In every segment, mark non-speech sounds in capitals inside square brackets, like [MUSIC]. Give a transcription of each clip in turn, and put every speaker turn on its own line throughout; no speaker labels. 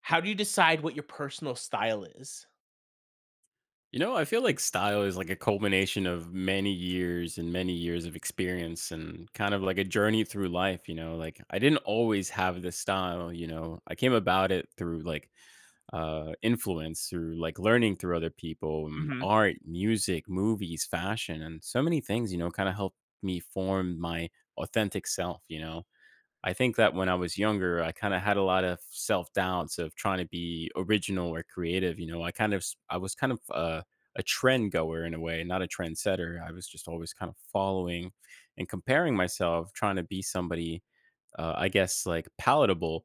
How do you decide what your personal style is?
You know, I feel like style is like a culmination of many years and many years of experience and kind of like a journey through life, you know. Like I didn't always have this style, you know. I came about it through like influence, through like learning through other people,
Mhm.
art, music, movies, fashion, and so many things, you know, kind of helped me form my authentic self, you know. I think that when I was younger, I kind of had a lot of self doubts of trying to be original or creative. You know, I was kind of a trend goer in a way, not a trendsetter. I was just always kind of following and comparing myself, trying to be somebody, I guess, like palatable.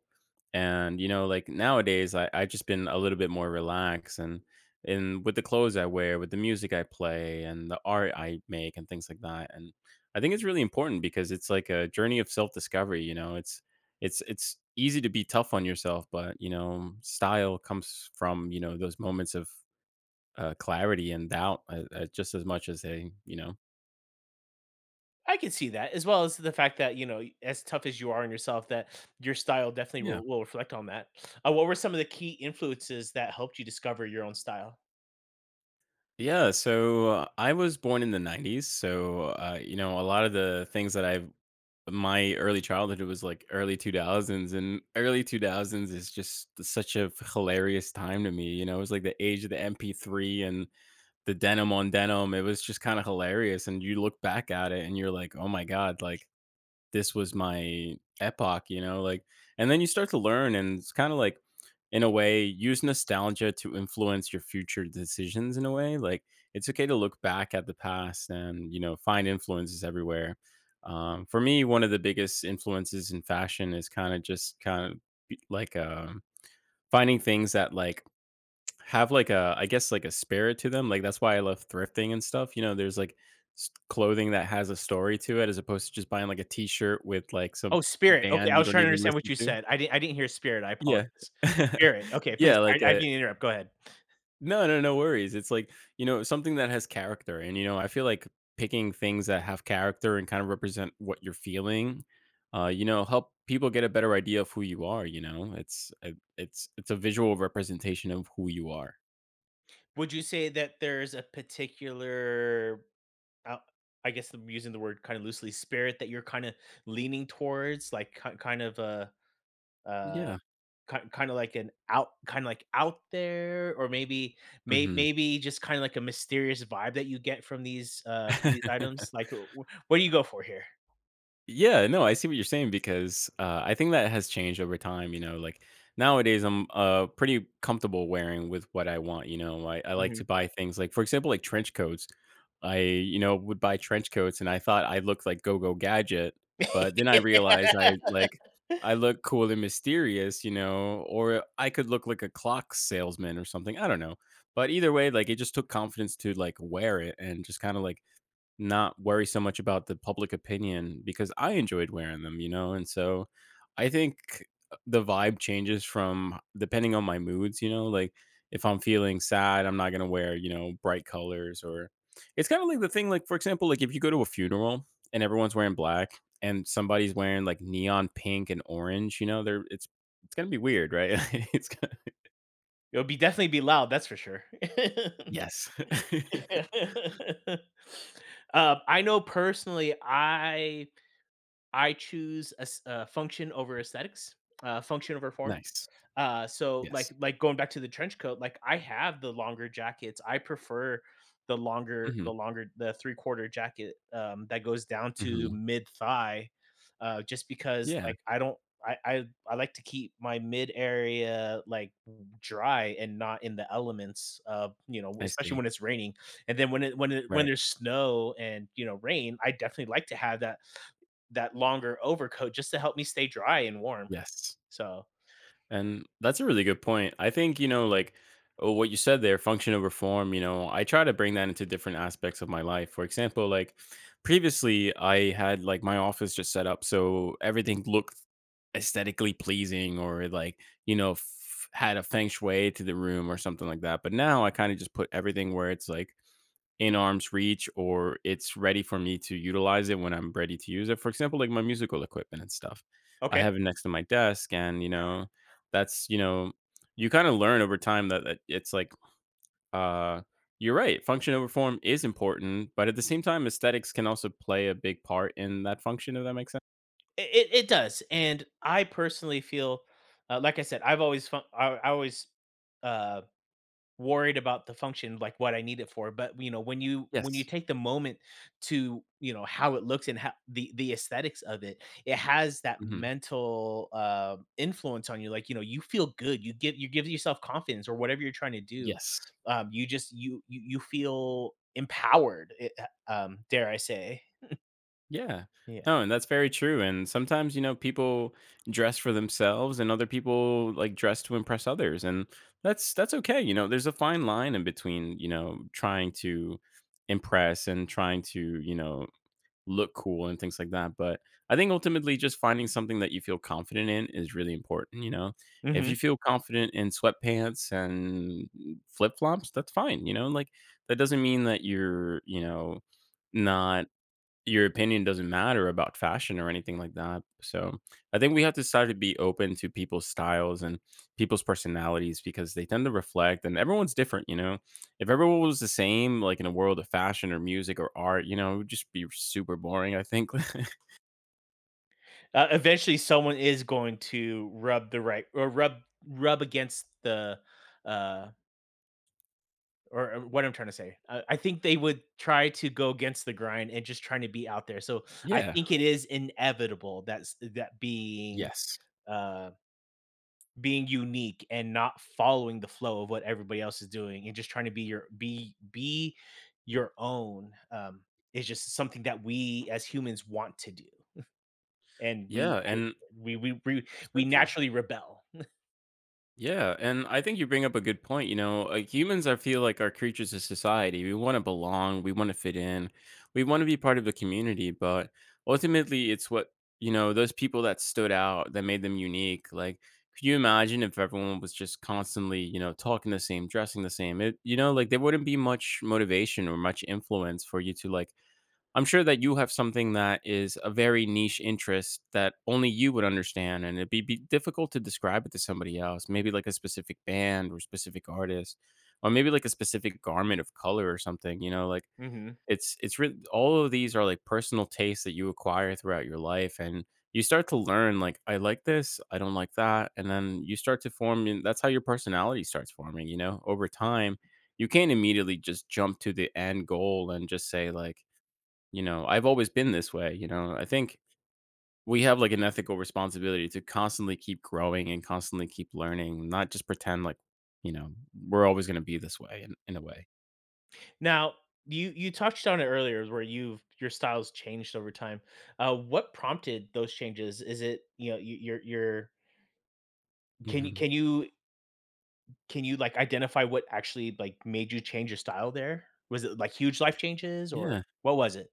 And, you know, like nowadays, I've just been a little bit more relaxed and with the clothes I wear, with the music I play and the art I make and things like that. And I think it's really important because it's like a journey of self-discovery, you know. It's easy to be tough on yourself, but, you know, style comes from, you know, those moments of, clarity and doubt, just as much as they you know?
I can see that, as well as the fact that, you know, as tough as you are on yourself, that your style definitely
Yeah.
will reflect on that. What were some of the key influences that helped you discover your own style?
Yeah, so, I was born in the '90s, so, you know, a lot of the things that I've my early childhood, it was, like, early 2000s, and early 2000s is just such a hilarious time to me, you know? It was, like, the age of the MP3 and the denim on denim. It was just kind of hilarious. And you look back at it and you're like, oh my God, like this was my epoch, you know? Like, and then you start to learn, and it's kind of like, in a way, use nostalgia to influence your future decisions in a way. Like, it's okay to look back at the past and, you know, find influences everywhere. For me, one of the biggest influences in fashion is kind of just kind of like finding things that like have like a I guess, like, a spirit to them, like, that's why I love thrifting and stuff, you know, there's, like, s clothing that has a story to it as opposed to just buying, like, a T-shirt with, like, some
Oh, Spirit. Okay,
band
I
you
was
don't
trying to
even
understand what
listen
you
to.
said. I didn't hear Spirit. I
Yeah.
apologize.
[LAUGHS]
Spirit. Okay, please.
Yeah, like
I
a
didn't interrupt. Go ahead.
no, no, no worries, it's, like, you know, something that has character and, you know, I feel like picking things that have character and kind of represent what you're feeling, you know, help people get a better idea of who you are, you know? It's it it's a visual representation of who you are.
Would you say that there's a particular, uh, I guess I'm using the word kind of loosely, spirit that you're kind of leaning towards, like kind of a uh,
Yeah.
kind of like an out kind of like out there, or
Mhm.
maybe just kind of like a mysterious vibe that you get from these items?
[LAUGHS]
Like, w w what do you go for here?
Yeah, no, I see what you're saying because I think that has changed over time. You know, like nowadays, I'm pretty comfortable wearing with what I want. You know, I like
Mhm.
to buy things like, for example, like trench coats. I, you know, would buy trench coats and I thought I looked like Go Go Gadget, but then I
[LAUGHS]
realized I look cool and mysterious, you know, or I could look like a clock salesman or something. I don't know. But either way, like it just took confidence to like wear it and just kind of like not worry so much about the public opinion because I enjoyed wearing them, you know? And so I think the vibe changes from depending on my moods, you know? Like if I'm feeling sad, I'm not going to wear, you know, bright colors or it's kind of like the thing like for example, like if you go to a funeral and everyone's wearing black and somebody's wearing like neon pink and orange, you know, they're it's going to be weird, right? [LAUGHS] It's gonna,
It'll be definitely be loud, that's for sure. [LAUGHS]
yes. [LAUGHS]
I know personally, I choose as function over aesthetics, function over form.
Nice.
So
Yes.
like going back to the trench coat, like I have the longer jackets. I prefer
Mhm.
the three quarter jacket, that goes down to
Mhm.
mid thigh, just because
Yeah,
like I don't I like to keep my mid area like dry and not in the elements, of you know,
I
especially
see.
when it's raining, and then when
Right.
there's snow and, you know, rain, I definitely like to have that longer overcoat just to help me stay dry and warm,
Yes.
so
And that's a really good point. I think, you know, like what you said there, function over form, you know, I try to bring that into different aspects of my life. For example, like previously, I had like my office just set up so everything looked aesthetically pleasing or like, you know, had a feng shui to the room or something like that. But now I kind of just put everything where it's like, in arm's reach or it's ready for me to utilize it when I'm ready to use it. For example, like my musical equipment and stuff. I
okay.
have it next to my desk and you know, that's, you know, you kind of learn over time that it's like uh you're right, function over form is important, but at the same time aesthetics can also play a big part in that function if that makes sense.
It does, and I personally feel, like I said, I always, uh, worried about the function, like what I need it for. But you know, when you
Yes.
take the moment to, you know, how it looks and how the aesthetics of it, it has that
Hmm.
mental, influence on you. Like, you know, you feel good. You give yourself confidence or whatever you're trying to do.
Yes.
You just you feel empowered. It, dare I say?
Yeah.
Yeah.
No, and that's very true. And sometimes, you know, people dress for themselves and other people like dress to impress others. And that's okay. You know, there's a fine line in between, you know, trying to impress and trying to, you know, look cool and things like that. But I think ultimately just finding something that you feel confident in is really important, you know. If
Hmm.
you feel confident in sweatpants and flip-flops, that's fine, you know? Like that doesn't mean that you're, you know, not your opinion doesn't matter about fashion or anything like that. So I think we have to start to be open to people's styles and people's personalities because they tend to reflect and everyone's different, you know. If everyone was the same, like in a world of fashion or music or art, you know, it would just be super boring, I think.
Eventually, someone is going to rub the right or rub rub against the uh or what I'm trying to say. I think they would try to go against the grind and just trying to be out there. So
[LAUGHS]
I
Yeah.
think it is inevitable that's that being
Yes.
uh being unique and not following the flow of what everybody else is doing and just trying to be your own, is just something that we as humans want to do, and
Yeah.
we I,
And
we we we
so
we
true.
naturally rebel.
Yeah, and I think you bring up a good point. You know, like humans, I feel like are creatures of society. We want to belong. We want to fit in. We want to be part of the community. But ultimately, it's what you know those people that stood out that made them unique. Like, could you imagine if everyone was just constantly, you know, talking the same, dressing the same? It, you know, like there wouldn't be much motivation or much influence for you to like I'm sure that you have something that is a very niche interest that only you would understand, and it'd be difficult to describe it to somebody else. Maybe like a specific band or specific artist, or maybe like a specific garment of color or something. You know, like
Mhm.
it's really all of these are like personal tastes that you acquire throughout your life, and you start to learn like I like this, I don't like that, and then you start to form. And that's how your personality starts forming. You know, over time, you can't immediately just jump to the end goal and just say like you know, I've always been this way, you know. I think we have like an ethical responsibility to constantly keep growing and constantly keep learning, not just pretend like, you know, we're always going to be this way in a way.
Now, you touched on it earlier where you've your style's changed over time. What prompted those changes? Is it, you know, you your are can you
Hmm.
can you can you, like, identify what actually, like, made you change your style there? Was it, like, huge life changes or
Yeah.
what was it?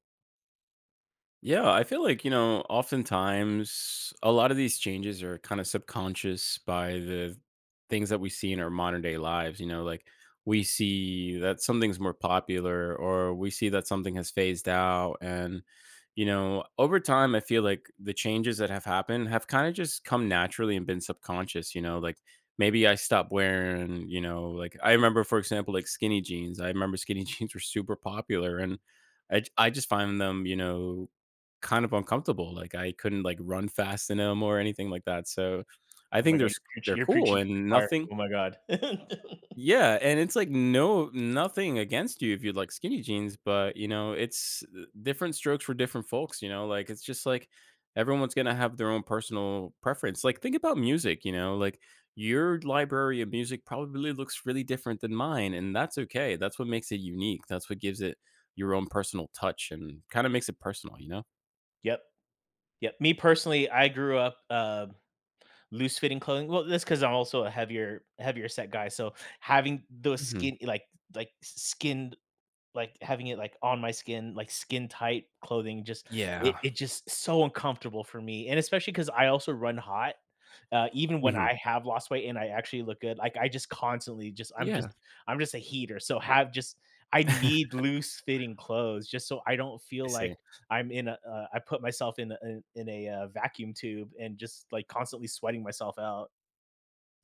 Yeah, I feel like, you know, oftentimes a lot of these changes are kind of subconscious by the things that we see in our modern day lives. You know, like we see that something's more popular or we see that something has phased out. And, you know, over time, I feel like the changes that have happened have kind of just come naturally and been subconscious. You know, like maybe I stopped wearing, you know, like I remember, for example, like skinny jeans. I remember skinny [LAUGHS] jeans were super popular. And I just find them, you know, kind of uncomfortable, like, I couldn't, like, run fast in them or anything like that, so I
Oh my
think
God,
there's they're
you're
cool
preaching to the
and
choir.
nothing.
Oh my God. [LAUGHS]
Yeah, and it's, like, no nothing against you if you like skinny jeans, but, you know, it's, different strokes for different folks, you know, like, it's just, like, everyone's gonna have their own personal preference, like, think about music, you know, like, your library of music probably looks really different than mine, and that's okay, that's what makes it unique, that's what gives it your own personal touch and kinda makes it personal, you know?
Yep, yep. Me personally, I grew up, loose fitting clothing. Well, that's because 'cause I'm also a heavier set guy, so having those
Mhm.
skin, like, having it, like, on my skin, like, skin tight clothing just it
Yeah.
it just so uncomfortable for me, and especially because I also run hot, even when
Mhm.
I have lost weight and I actually look good, like,
Yeah.
I'm just a heater, so have just I need
[LAUGHS]
loose fitting clothes just so I don't
I
feel
see.
like I'm in a, I put myself in a in in a, vacuum tube and just, like, constantly sweating myself out.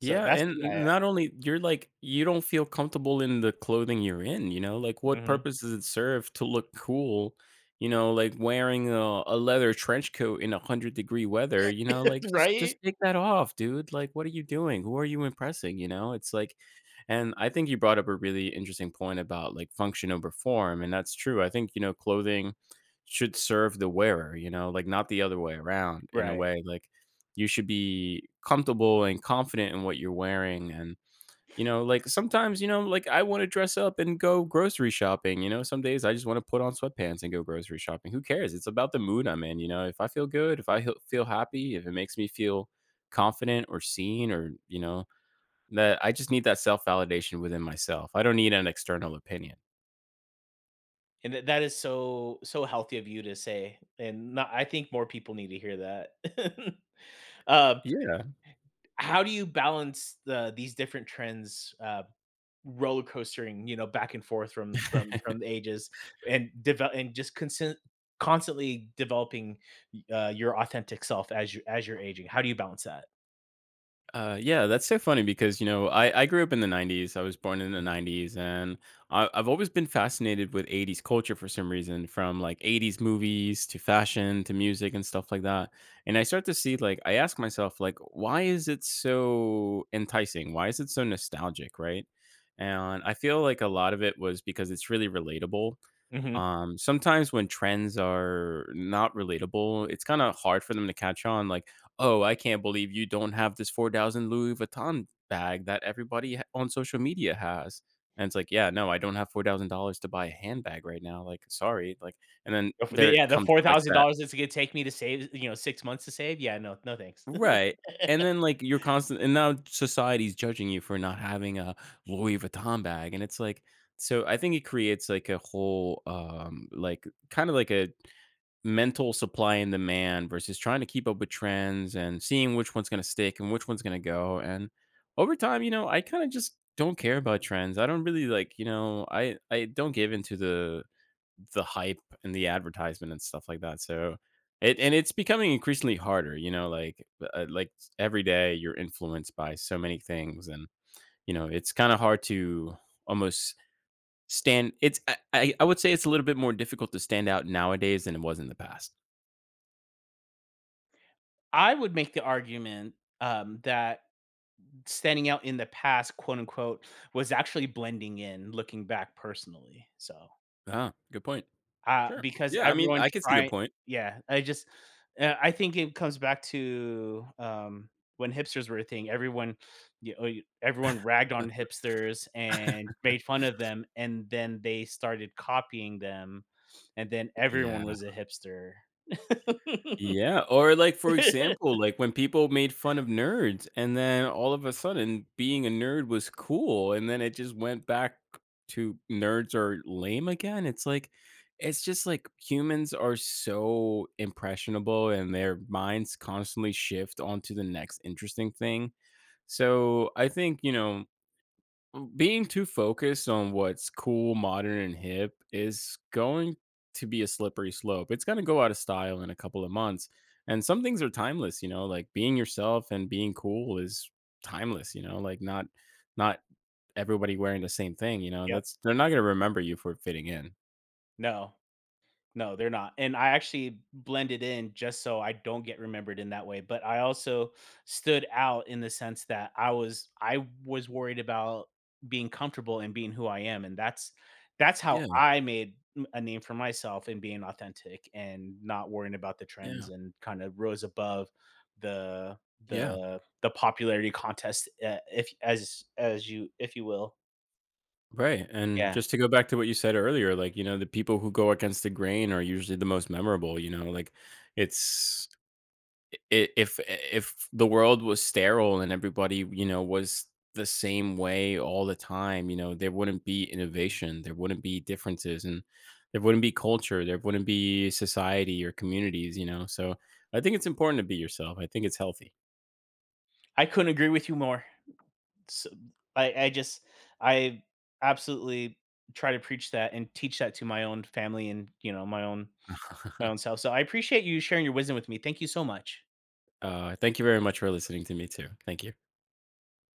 So that's,
and
yeah,
not only you're like you don't feel comfortable in the clothing you're in, you know? Like,
yeah.
what
Mhm.
purpose does it serve to look cool, you know, like wearing a leather trench coat in 100-degree weather, you know? Like,
[LAUGHS] Right?
just take that off, dude. Like, what are you doing? Who are you impressing, you know? It's like, and I think you brought up a really interesting point about, like, function over form, and that's true. I think, you know, clothing should serve the wearer, you know, like, not the other way around in a
Right.
way, like you should be comfortable and confident in what you're wearing. And you know like sometimes, you know, like I want to dress up and go grocery shopping, you know, some days I just want to put on sweatpants and go grocery shopping. Who cares? It's about the mood I'm in, you know, if I feel good, if I feel happy, if it makes me feel confident or seen, or you know that I just need that self-validation within myself. I don't need an external opinion.
And that is so so healthy of you to say, and not I think more people need to hear that. [LAUGHS] Uh,
Yeah.
how do you balance the these different trends, roller coastering, you know, back and forth
[LAUGHS]
from the ages, and develop and just consent constantly developing, your authentic self as you're aging? How do you balance that?
Yeah, that's so funny because you know I grew up in the '90s. I was born in the '90s, and I've always been fascinated with '80s culture for some reason, from like '80s movies to fashion to music and stuff like that. And I start to see like I ask myself like, why is it so enticing? Why is it so nostalgic? Right? And I feel like a lot of it was because it's really relatable.
Mhm.
Sometimes when trends are not relatable, it's kind of hard for them to catch on, like, "Oh, I can't believe you don't have this 4,000 Louis Vuitton bag that everybody on social media has." And it's like, "Yeah, no, I don't have $4,000 to buy a handbag right now. Like, sorry." Like, and then there it
Yeah, the
comes like that.
$4,000 it's gonna take me to save, you know, 6 months to save? Yeah, no, no thanks. [LAUGHS]
Right. And then like you're constant and now society's judging you for not having a Louis Vuitton bag, and it's like, so I think it creates like a whole like kind of like a mental supply and demand versus trying to keep up with trends and seeing which one's going to stick and which one's going to go. And over time, you know, I kind of just don't care about trends. I don't really like, you know, I don't give into the hype and the advertisement and stuff like that. So it, and it's becoming increasingly harder, you know, like every day you're influenced by so many things. And you know, it's kind of hard to almost stand, it's, I would say it's a little bit more difficult to stand out nowadays than it was in the past.
I would make the argument, that standing out in the past, quote unquote, was actually blending in looking back personally. So,
Ah, good point. Sure.
because
Yeah, I mean,
everyone
I could see the
try,
point.
yeah, I think it comes back to, when hipsters were a thing, everyone, you know, everyone ragged on hipsters and made fun of them, and then they started copying them, and then everyone
Yeah.
was a hipster. [LAUGHS]
Yeah, or like, for example, like when people made fun of nerds and then all of a sudden being a nerd was cool and then it just went back to nerds are lame again. It's like it's just like humans are so impressionable and their minds constantly shift onto the next interesting thing. So, I think, you know, being too focused on what's cool, modern, and hip is going to be a slippery slope. It's going to go out of style in a couple of months. And some things are timeless, you know, like being yourself and being cool is timeless, you know, like not not everybody wearing the same thing, you know.
Yep.
That's, they're not going to remember you for fitting in.
No. No, they're not, and I actually blended in just so I don't get remembered in that way, but I also stood out in the sense that I was worried about being comfortable and being who I am, and that's how
Yeah,
I made m a name for myself in being authentic and not worrying about the trends,
yeah,
and kinda rose above the
yeah.
the popularity contest, if as as you, if you will.
Right. And
Yeah.
just to go back to what you said earlier, like, you know, the people who go against the grain are usually the most memorable, you know, like it's, if the world was sterile and everybody, you know, was the same way all the time, you know, there wouldn't be innovation, there wouldn't be differences, and there wouldn't be culture, there wouldn't be society or communities, you know. So I think it's important to be yourself. I think it's healthy.
I couldn't agree with you more. So, I just I absolutely try to preach that and teach that to my own family, and you know, my own
[LAUGHS]
self. So I appreciate you sharing your wisdom with me. Thank you so much.
Thank you very much for listening to me too. Thank you.